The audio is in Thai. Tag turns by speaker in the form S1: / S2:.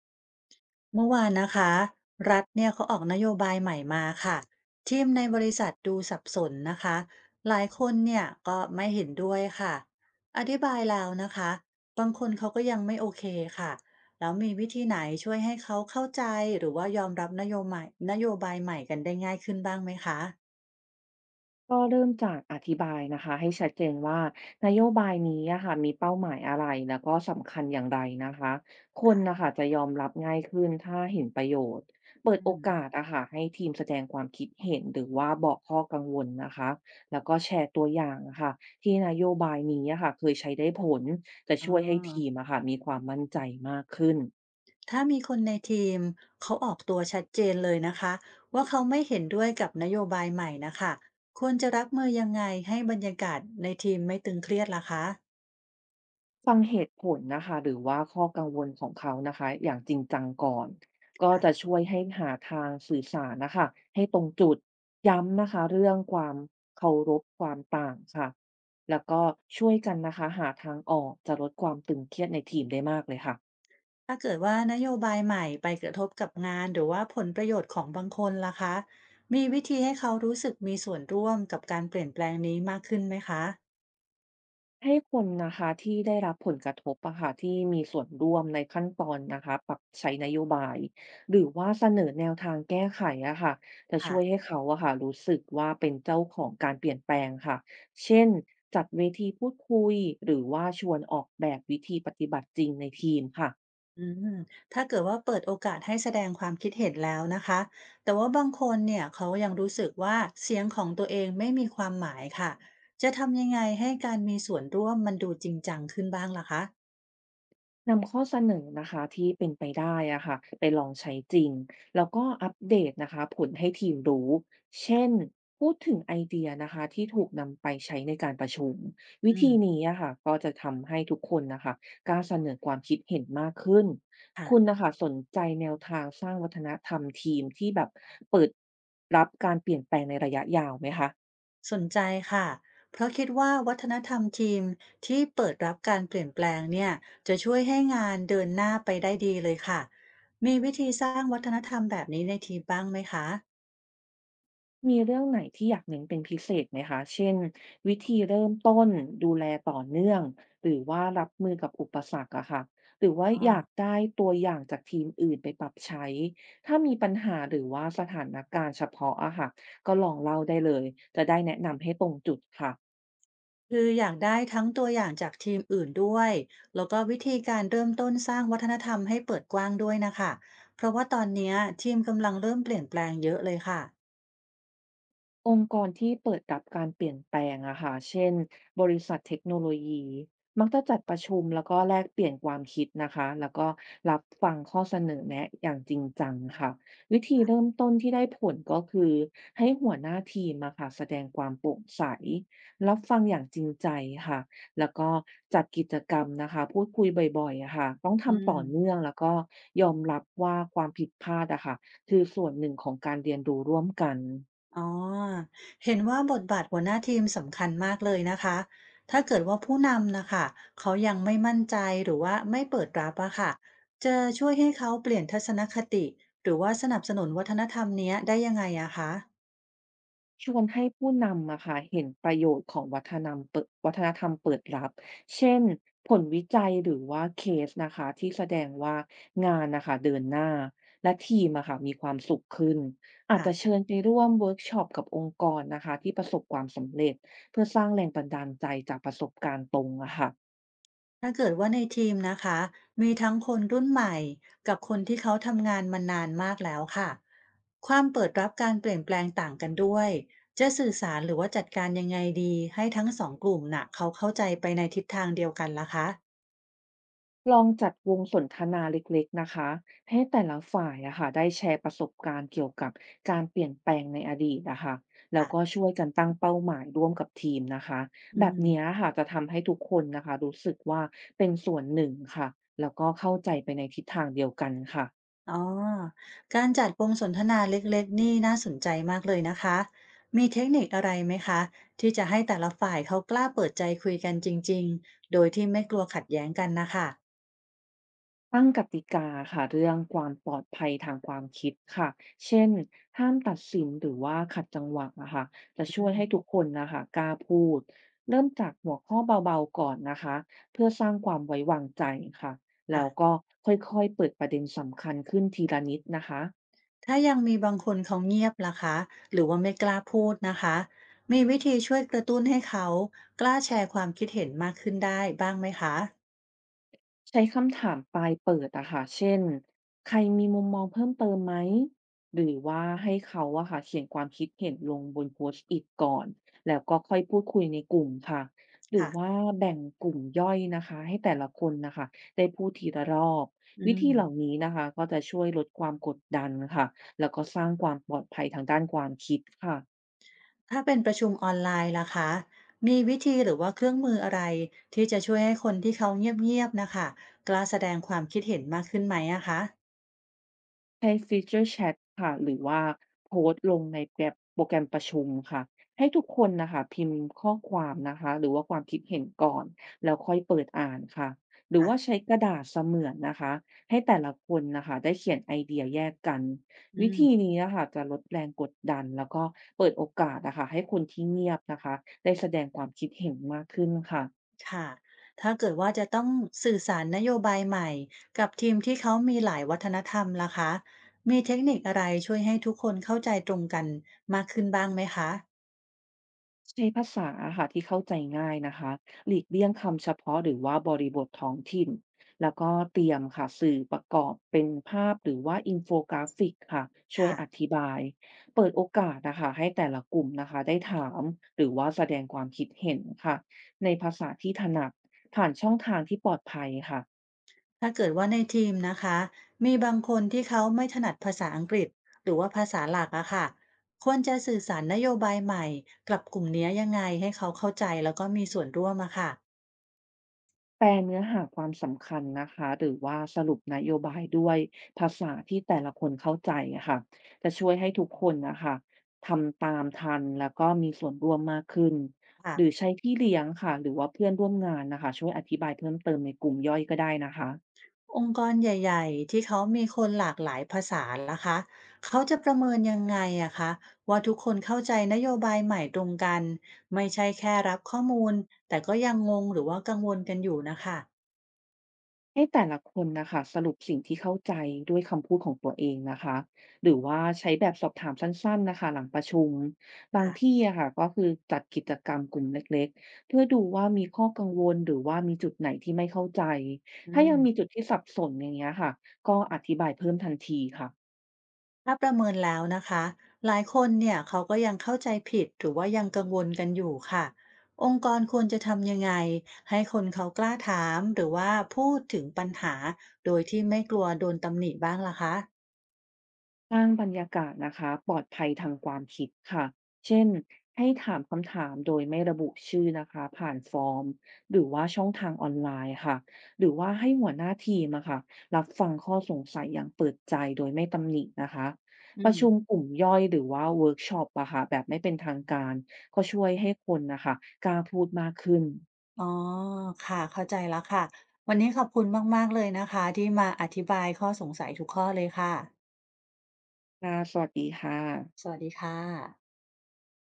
S1: เมื่อวานนะคะรัฐเนี่ยเขาออกนโยบายใหม่มาค่ะทีมในบริษัทดูสับสนนะคะหลายคนเนี่ยก็ไม่เห็นด้วยค่ะอธิบายแล้วนะคะบางคนเขาก็ยังไม่โอเคค่ะแล้วมีวิธีไหนช่วยให้เขาเข้าใจหรือว่ายอมรับนโยบายใหม่กันได้ง่ายขึ้นบ้างไหมคะ
S2: ก็เริ่มจากอธิบายนะคะให้ชัดเจนว่านโยบายนี้อะค่ะมีเป้าหมายอะไรแล้วก็สำคัญอย่างไรนะคะคนนะคะจะยอมรับง่ายขึ้นถ้าเห็นประโยชน์เปิด
S1: อื
S2: โอ
S1: ม
S2: กาสอะค่ะให้ทีมแสดงความคิดเห็นหรือว่าบอกข้อกังวลนะคะแล้วก็แชร์ตัวอย่างอะค่ะที่นโยบายนี้อะค่ะเคยใช้ได้ผลจะ
S1: อ๋อ
S2: ช่วยให้ทีมอะค่ะมีความมั่นใจมากขึ้น
S1: ถ้ามีคนในทีมเขาออกตัวชัดเจนเลยนะคะว่าเขาไม่เห็นด้วยกับนโยบายใหม่นะคะควรจะรับมือยังไงให้บรรยากาศในทีมไม่ตึงเครียดล่ะคะ
S2: ฟังเหตุผลนะคะหรือว่าข้อกังวลของเขานะคะอย่างจริงจังก่อนก็จะช่วยให้หาทางสื่อสารนะคะให้ตรงจุดย้ำนะคะเรื่องความเคารพความต่างค่ะแล้วก็ช่วยกันนะคะหาทางออกจะลดความตึงเครียดในทีมได้มากเลยค่ะ
S1: ถ้าเกิดว่านโยบายใหม่ไปกระทบกับงานหรือว่าผลประโยชน์ของบางคนล่ะคะมีวิธีให้เขารู้สึกมีส่วนร่วมกับการเปลี่ยนแปลงนี้มากขึ้นไหมคะ
S2: ให้คนนะคะที่ได้รับผลกระทบอะค่ะที่มีส่วนร่วมในขั้นตอนนะคะปรับใช้นโยบายหรือว่าเสนอแนวทางแก้ไขอะค่ะจะ
S1: ่ะ
S2: ช่วยให้เขาอะค่ะรู้สึกว่าเป็นเจ้าของการเปลี่ยนแปลงค่ะเช่นจัดเวทีพูดคุยหรือว่าชวนออกแบบวิธีปฏิบัติจริงในทีมค่ะ
S1: อืมถ้าเกิดว่าเปิดโอกาสให้แสดงความคิดเห็นแล้วนะคะแต่ว่าบางคนเนี่ยเขายังรู้สึกว่าเสียงของตัวเองไม่มีความหมายค่ะจะทำยังไงให้การมีส่วนร่วมมันดูจริงจังขึ้นบ้างล่ะคะ
S2: นำข้อเสนอนะคะที่เป็นไปได้อะค่ะไปลองใช้จริงแล้วก็อัปเดตนะคะผลให้ทีมรู้เช่นพูดถึงไอเดียนะคะที่ถูกนำไปใช้ในการประชุมวิ
S1: อื
S2: ธี
S1: ม
S2: นี้อะค่ะก็จะทำให้ทุกคนนะคะกล้าเสนอความคิดเห็นมากขึ้น
S1: ค่ะ
S2: คุณนะคะสนใจแนวทางสร้างวัฒนธรรมทีมที่แบบเปิดรับการเปลี่ยนแปลงในระยะยาวไหมคะ
S1: สนใจค่ะเพราะคิดว่าวัฒนธรรมทีมที่เปิดรับการเปลี่ยนแปลงเนี่ยจะช่วยให้งานเดินหน้าไปได้ดีเลยค่ะมีวิธีสร้างวัฒนธรรมแบบนี้ในทีมบ้างไหมคะ
S2: มีเรื่องไหนที่อยากเน้นเป็นพิเศษไหมคะ เช่นวิธีเริ่มต้นดูแลต่อเนื่อง หรือว่ารับมือกับอุปสรรคอะค่ะหรือว่า
S1: อ๋อ
S2: อยากได้ตัวอย่างจากทีมอื่นไปปรับใช้ ถ้ามีปัญหาหรือว่าสถานการณ์เฉพาะอะค่ะก็ลองเล่าได้เลยจะได้แนะนำให้ตรงจุดค่ะ
S1: คืออยากได้ทั้งตัวอย่างจากทีมอื่นด้วยแล้วก็วิธีการเริ่มต้นสร้างวัฒนธรรมให้เปิดกว้างด้วยนะคะเพราะว่าตอนเนี้ยทีมกำลังเริ่มเปลี่ยนแปลงเยอะเลยค่ะ
S2: องค์กรที่เปิดรับการเปลี่ยนแปลงอะค่ะ เช่นบริษัทเทคโนโลยี มักจะจัดประชุมแล้วก็แลกเปลี่ยนความคิดนะคะแล้วก็รับฟังข้อเสนอแนะอย่างจริงจังค่ะวิธีเริ่มต้นที่ได้ผลก็คือให้หัวหน้าทีมอะค่ะแสดงความโปร่งใส รับฟังอย่างจริงใจค่ะแล้วก็จัดกิจกรรมนะคะพูดคุยบ่อยๆอะค่ะต้อง
S1: อื
S2: ทำต่
S1: ม
S2: อเนื่องแล้วก็ยอมรับว่าความผิดพลาดอะค่ะคือส่วนหนึ่งของการเรียนรู้ร่วมกัน
S1: อ๋อเห็นว่าบทบาทหัวหน้าทีมสำคัญมากเลยนะคะถ้าเกิดว่าผู้นำนะคะเขายังไม่มั่นใจหรือว่าไม่เปิดรับอะค่ะจะช่วยให้เขาเปลี่ยนทัศนคติหรือว่าสนับสนุนวัฒนธรรมเนี้ยได้ยังไงอะคะ
S2: ชวนให้ผู้นำอะค่ะเห็นประโยชน์ของวัฒนธรรมเปิดวัฒนธรรมเปิดรับ เช่นผลวิจัยหรือว่าเคสนะคะที่แสดงว่างานนะคะเดินหน้าและทีมอะค่ะมีความสุขขึ้นอาจจะ
S1: ค่ะ
S2: เชิญไปร่วมเวิร์กช็อปกับองค์กรนะคะที่ประสบความสำเร็จเพื่อสร้างแรงบันดาลใจจากประสบการณ์ตรงอะค่ะ
S1: ถ้าเกิดว่าในทีมนะคะมีทั้งคนรุ่นใหม่กับคนที่เขาทำงานมานานมากแล้วค่ะความเปิดรับการเปลี่ยนแปลงต่างกันด้วยจะสื่อสารหรือว่าจัดการยังไงดีให้ทั้งสองกลุ่มน่ะเขาเข้าใจไปในทิศทางเดียวกันล่ะคะ
S2: ลองจัดวงสนทนาเล็กๆนะคะให้แต่ละฝ่ายอะค่ะได้แชร์ประสบการณ์เกี่ยวกับการเปลี่ยนแปลงในอดีตนะคะแล้วก็
S1: ค่ะ
S2: ช่วยกันตั้งเป้าหมายร่วมกับทีมนะคะ
S1: อื
S2: แบบ
S1: ม
S2: เนี้ยค่ะจะทำให้ทุกคนนะคะรู้สึกว่าเป็นส่วนหนึ่งค่ะแล้วก็เข้าใจไปในทิศทางเดียวกันค่ะ
S1: อ๋อการจัดวงสนทนาเล็กๆนี่น่าสนใจมากเลยนะคะมีเทคนิคอะไรไหมคะที่จะให้แต่ละฝ่ายเขากล้าเปิดใจคุยกันจริงๆโดยที่ไม่กลัวขัดแย้งกันนะคะ
S2: ตั้งกติกาค่ะเรื่องความปลอดภัยทางความคิดค่ะเช่นห้ามตัดสินหรือว่าขัดจังหวะนะคะจะช่วยให้ทุกคนนะคะกล้าพูดเริ่มจากหัวข้อเบาๆก่อนนะคะเพื่อสร้างความไว้วางใจค่ะแล้
S1: ค่ะ
S2: วก็ค่อยๆเปิดประเด็นสำคัญขึ้นทีละนิดนะคะ
S1: ถ้ายังมีบางคนเขาเงียบล่ะคะหรือว่าไม่กล้าพูดนะคะมีวิธีช่วยกระตุ้นให้เขากล้าแชร์ความคิดเห็นมากขึ้นได้บ้างไหมคะ
S2: ใช้คำถามปลายเปิดอะค่ะเช่น ใครมีมุมมองเพิ่มเติมไหม หรือว่าให้เขาอะค่ะเขียนความคิดเห็นลงบน Post-it ก่อน แล้วก็ค่อยพูดคุยในกลุ่มค่ะหรือ
S1: ค่ะ
S2: ว่าแบ่งกลุ่มย่อยนะคะให้แต่ละคนนะคะได้พูดทีละรอบ
S1: อื
S2: วิ
S1: ม
S2: ธีเหล่านี้นะคะก็จะช่วยลดความกดดันค่ะแล้วก็สร้างความปลอดภัยทางด้านความคิดค่ะ
S1: ถ้าเป็นประชุมออนไลน์ล่ะคะมีวิธีหรือว่าเครื่องมืออะไรที่จะช่วยให้คนที่เขาเงียบๆนะคะกล้าแสดงความคิดเห็นมากขึ้นไหมอะคะ
S2: ใช้ Feature Chat ค่ะหรือว่าโพสต์ลงในแกร็บโปรแกรมประชุมค่ะให้ทุกคนน่ะค่ะพิมพ์ข้อความนะคะหรือว่าความคิดเห็นก่อนแล้วค่อยเปิดอ่านค่ะหรือว่า
S1: ค่ะ
S2: ใช้กระดาษเสมือนนะคะให้แต่ละคนน่ะค่ะได้เขียนไอเดียแยกกัน
S1: อื
S2: วิ
S1: ม
S2: ธีนี้อะค่ะจะลดแรงกดดันแล้วก็เปิดโอกาสอะค่ะให้คนที่เงียบนะคะได้แสดงความคิดเห็นมากขึ้นค่ะ
S1: ค่ะถ้าเกิดว่าจะต้องสื่อสารนโยบายใหม่กับทีมที่เขามีหลายวัฒนธรรมล่ะคะมีเทคนิคอะไรช่วยให้ทุกคนเข้าใจตรงกันมากขึ้นบ้างไหมคะ
S2: ใช้ภาษาอค่ะที่เข้าใจง่ายนะคะหลีกเลี่ยงคำเฉพาะหรือว่าบริบทท้องถิ่นแล้วก็เตรียมค่ะสื่อประกอบเป็นภาพหรือว่าอินโฟกราฟิกค่ะช่วย
S1: ค่ะ
S2: อธิบายเปิดโอกาสนะคะให้แต่ละกลุ่มนะคะได้ถามหรือว่าแสดงความคิดเห็นค่ะในภาษาที่ถนัดผ่านช่องทางที่ปลอดภัยค่ะ
S1: ถ้าเกิดว่าในทีมนะคะมีบางคนที่เขาไม่ถนัดภาษาอังกฤษหรือว่าภาษาหลักอะค่ะควรจะสื่อสารนโยบายใหม่กับกลุ่มเนี้ยยังไงให้เขาเข้าใจแล้วก็มีส่วนร่วมอะค่ะ
S2: แปลเนื้อหาความสำคัญนะคะ หรือว่าสรุปนโยบายด้วยภาษาที่แต่ละคนเข้าใจอะค่ะจะช่วยให้ทุกคนนะคะทำตามทันแล้วก็มีส่วนร่วมมากขึ้น หรือใช้พี่เลี้ยงค่ะ หรือว่าเพื่อนร่วมงานนะคะช่วยอธิบายเพิ่มเติมในกลุ่มย่อยก็ได้นะคะ
S1: องค์กรใหญ่ๆที่เขามีคนหลากหลายภาษาล่ะคะเขาจะประเมินยังไงอะคะว่าทุกคนเข้าใจนโยบายใหม่ตรงกันไม่ใช่แค่รับข้อมูลแต่ก็ยังงงหรือว่ากังวลกันอยู่นะคะ
S2: ให้แต่ละคนนะคะสรุปสิ่งที่เข้าใจด้วยคำพูดของตัวเองนะคะหรือว่าใช้แบบสอบถามสั้นๆนะคะหลังประชุมบาง
S1: ค่ะ
S2: ที่อะค่ะก็คือจัดกิจกรรมกลุ่มเล็กๆเพื่อดูว่ามีข้อกังวลหรือว่ามีจุดไหนที่ไม่เข้าใจ
S1: อื
S2: ถ้ายังมี
S1: ม
S2: จุดที่สับสนอย่างเงี้ยค่ะก็อธิบายเพิ่มทันทีค่ะ
S1: ถ้าประเมินแล้วนะคะหลายคนเนี่ยเขาก็ยังเข้าใจผิดหรือว่ายังกังวลกันอยู่ค่ะองค์กรควรจะทำยังไงให้คนเขากล้าถามหรือว่าพูดถึงปัญหาโดยที่ไม่กลัวโดนตำหนิบ้างล่ะคะ
S2: สร้างบรรยากาศนะคะปลอดภัยทางความคิดค่ะเช่นให้ถามคำถามโดยไม่ระบุชื่อนะคะผ่านฟอร์มหรือว่าช่องทางออนไลน์ค่ะหรือว่าให้หัวหน้าทีมอะค่ะรับฟังข้อสงสัยอย่างเปิดใจโดยไม่ตำหนินะคะ
S1: อื
S2: ประชุม
S1: ม
S2: กลุ่มย่อยหรือว่าเวิร์กช็อปอะค่ะแบบไม่เป็นทางการก็ช่วยให้คนนะคะกล้าพูดมากขึ้น
S1: อ๋อค่ะเข้าใจแล้วค่ะวันนี้ขอบคุณมากๆเลยนะคะที่มาอธิบายข้อสงสัยทุกข้อเลยค่ะ
S2: ค่ะสวัสดีค่ะ
S1: สวัสดีค่ะ